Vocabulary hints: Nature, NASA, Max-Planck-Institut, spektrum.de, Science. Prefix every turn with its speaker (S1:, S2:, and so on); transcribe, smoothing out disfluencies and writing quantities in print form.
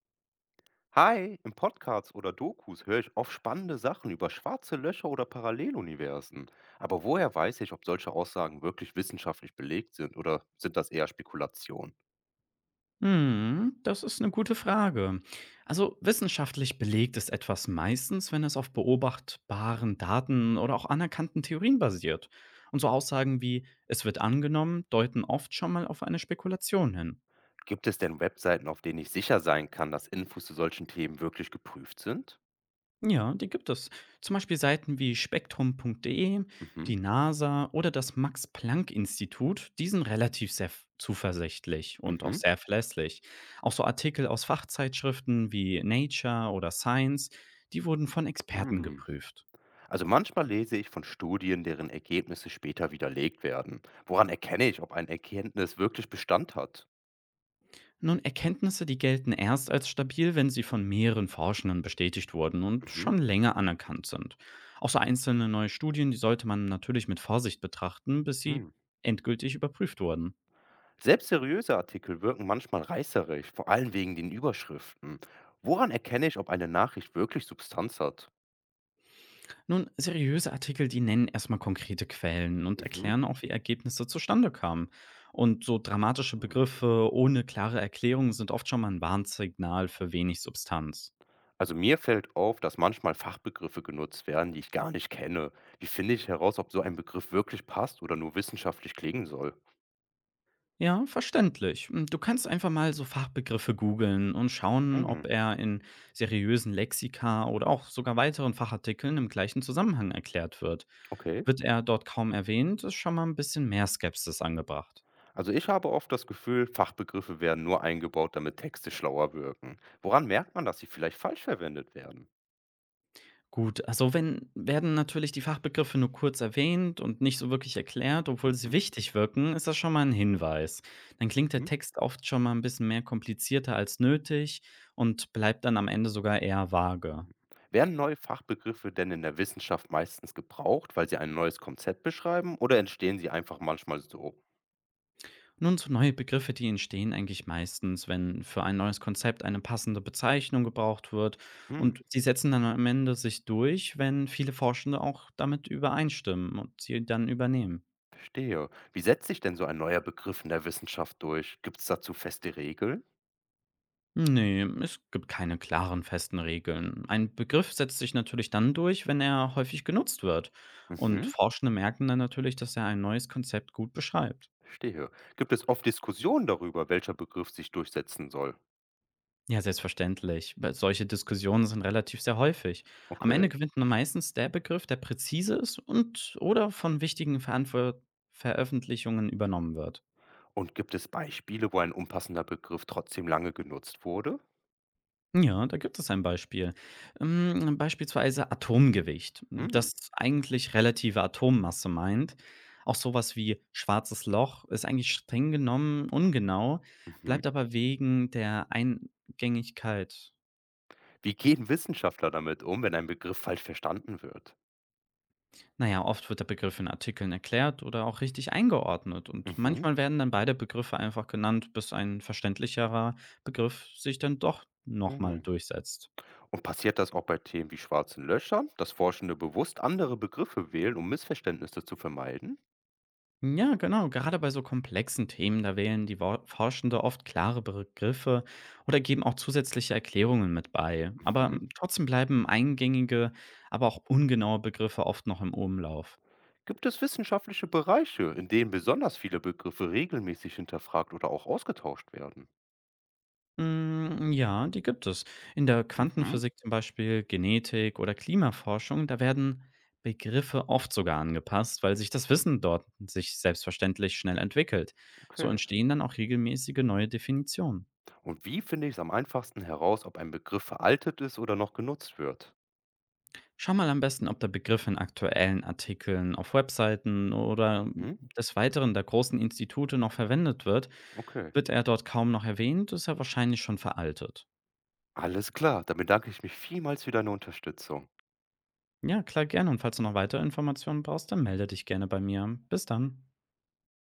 S1: Hi, im Podcast oder Dokus höre ich oft spannende Sachen über schwarze Löcher oder Paralleluniversen. Aber woher weiß ich, ob solche Aussagen wirklich wissenschaftlich belegt sind oder sind das eher Spekulationen?
S2: Hm, das ist eine gute Frage. Also, wissenschaftlich belegt ist etwas meistens, wenn es auf beobachtbaren Daten oder auch anerkannten Theorien basiert. Und so Aussagen wie „es wird angenommen" deuten oft schon mal auf eine Spekulation hin.
S1: Gibt es denn Webseiten, auf denen ich sicher sein kann, dass Infos zu solchen Themen wirklich geprüft sind?
S2: Ja, die gibt es. Zum Beispiel Seiten wie spektrum.de, die
S1: Mhm,
S2: NASA oder das Max-Planck-Institut, die sind relativ sehr zuversichtlich und auch
S1: mhm,
S2: sehr verlässlich. Auch so Artikel aus Fachzeitschriften wie Nature oder Science, die wurden von Experten
S1: mhm.
S2: geprüft.
S1: Also manchmal lese ich von Studien, deren Ergebnisse später widerlegt werden. Woran erkenne ich, ob eine Erkenntnis wirklich Bestand hat?
S2: Nun, Erkenntnisse, die gelten erst als stabil, wenn sie von mehreren Forschenden bestätigt wurden und
S1: Mhm.
S2: schon länger anerkannt sind. Auch so einzelne neue Studien, die sollte man natürlich mit Vorsicht betrachten, bis sie
S1: Mhm.
S2: endgültig überprüft wurden.
S1: Selbst seriöse Artikel wirken manchmal reißerisch, vor allem wegen den Überschriften. Woran erkenne ich, ob eine Nachricht wirklich Substanz hat?
S2: Nun, seriöse Artikel, die nennen erstmal konkrete Quellen und
S1: Mhm.
S2: erklären auch, wie Ergebnisse zustande kamen. Und so dramatische
S1: Hm.
S2: Begriffe ohne klare Erklärung sind oft schon mal ein Warnsignal für wenig Substanz.
S1: Also mir fällt auf, dass manchmal Fachbegriffe genutzt werden, die ich gar nicht kenne. Wie finde ich heraus, ob so ein Begriff wirklich passt oder nur wissenschaftlich klingen soll?
S2: Ja, verständlich. Hm, du kannst einfach mal so Fachbegriffe googeln und schauen,
S1: Hm,
S2: ob er in seriösen Lexika oder auch sogar weiteren Fachartikeln im gleichen Zusammenhang erklärt wird.
S1: okay.
S2: Wird er dort kaum erwähnt, ist schon mal ein bisschen mehr Skepsis angebracht.
S1: Also ich habe oft das Gefühl, Fachbegriffe werden nur eingebaut, damit Texte schlauer wirken. Woran merkt man, dass sie vielleicht falsch verwendet werden?
S2: Gut, also wenn werden natürlich die Fachbegriffe nur kurz erwähnt und nicht so wirklich erklärt, obwohl sie
S1: Mhm.
S2: wichtig wirken, ist das schon mal ein Hinweis. Dann klingt der
S1: Mhm.
S2: Text oft schon mal ein bisschen mehr komplizierter als nötig und bleibt dann am Ende sogar eher vage.
S1: Mhm. Werden neue Fachbegriffe denn in der Wissenschaft meistens gebraucht, weil sie ein neues Konzept beschreiben, oder entstehen sie einfach manchmal so?
S2: Nun so neue Begriffe, die entstehen eigentlich meistens, wenn für ein neues Konzept eine passende Bezeichnung gebraucht wird,
S1: Hm,
S2: und sie setzen dann am Ende sich durch, wenn viele Forschende auch damit übereinstimmen und sie dann übernehmen.
S1: verstehe. Wie setzt sich denn so ein neuer Begriff in der Wissenschaft durch? Gibt es dazu feste Regeln?
S2: Nee, es gibt keine klaren, festen Regeln. Ein Begriff setzt sich natürlich dann durch, wenn er häufig genutzt wird. Und
S1: Mhm,
S2: Forschende merken dann natürlich, dass er ein neues Konzept gut beschreibt.
S1: verstehe. Gibt es oft Diskussionen darüber, welcher Begriff sich durchsetzen soll?
S2: Ja, selbstverständlich. Weil solche Diskussionen sind relativ sehr häufig. Am Ende
S1: Okay.
S2: gewinnt nur meistens der Begriff, der präzise ist und oder von wichtigen Verantwort Veröffentlichungen übernommen wird.
S1: Und gibt es Beispiele, wo ein unpassender Begriff trotzdem lange genutzt wurde?
S2: Ja, da gibt es ein Beispiel. Beispielsweise Atomgewicht,
S1: Hm,
S2: das eigentlich relative Atommasse meint. Auch sowas wie schwarzes Loch ist eigentlich streng genommen ungenau,
S1: mhm.
S2: bleibt aber wegen der Eingängigkeit.
S1: Wie gehen Wissenschaftler damit um, wenn ein Begriff falsch verstanden wird?
S2: Naja, oft wird der Begriff in Artikeln erklärt oder auch richtig eingeordnet. Und
S1: Mhm.
S2: manchmal werden dann beide Begriffe einfach genannt, bis ein verständlicherer Begriff sich dann doch nochmal
S1: Mhm.
S2: durchsetzt.
S1: Und passiert das auch bei Themen wie schwarzen Löchern, dass Forschende bewusst andere Begriffe wählen, um Missverständnisse zu vermeiden?
S2: Ja, genau. Gerade bei so komplexen Themen, da wählen die Forschende oft klare Begriffe oder geben auch zusätzliche Erklärungen mit bei. Aber
S1: Mhm.
S2: trotzdem bleiben eingängige, aber auch ungenaue Begriffe oft noch im Umlauf.
S1: Gibt es wissenschaftliche Bereiche, in denen besonders viele Begriffe regelmäßig hinterfragt oder auch ausgetauscht werden?
S2: Ja, die gibt es. In der
S1: Mhm.
S2: Quantenphysik zum Beispiel, Genetik oder Klimaforschung, da werden Begriffe oft sogar angepasst, weil sich das Wissen dort sich selbstverständlich schnell entwickelt. So
S1: Okay.
S2: entstehen dann auch regelmäßige neue Definitionen.
S1: Und wie finde ich es am einfachsten heraus, ob ein Begriff veraltet ist oder noch genutzt wird?
S2: Schau mal am besten, ob der Begriff in aktuellen Artikeln auf Webseiten oder
S1: Hm?
S2: des Weiteren der großen Institute noch verwendet wird.
S1: Okay.
S2: Wird er dort kaum noch erwähnt, ist er wahrscheinlich schon veraltet.
S1: Alles klar, dann bedanke ich mich vielmals für deine Unterstützung.
S2: Ja, klar, gerne. Und falls du noch weitere Informationen brauchst, dann melde dich gerne bei mir. Bis dann.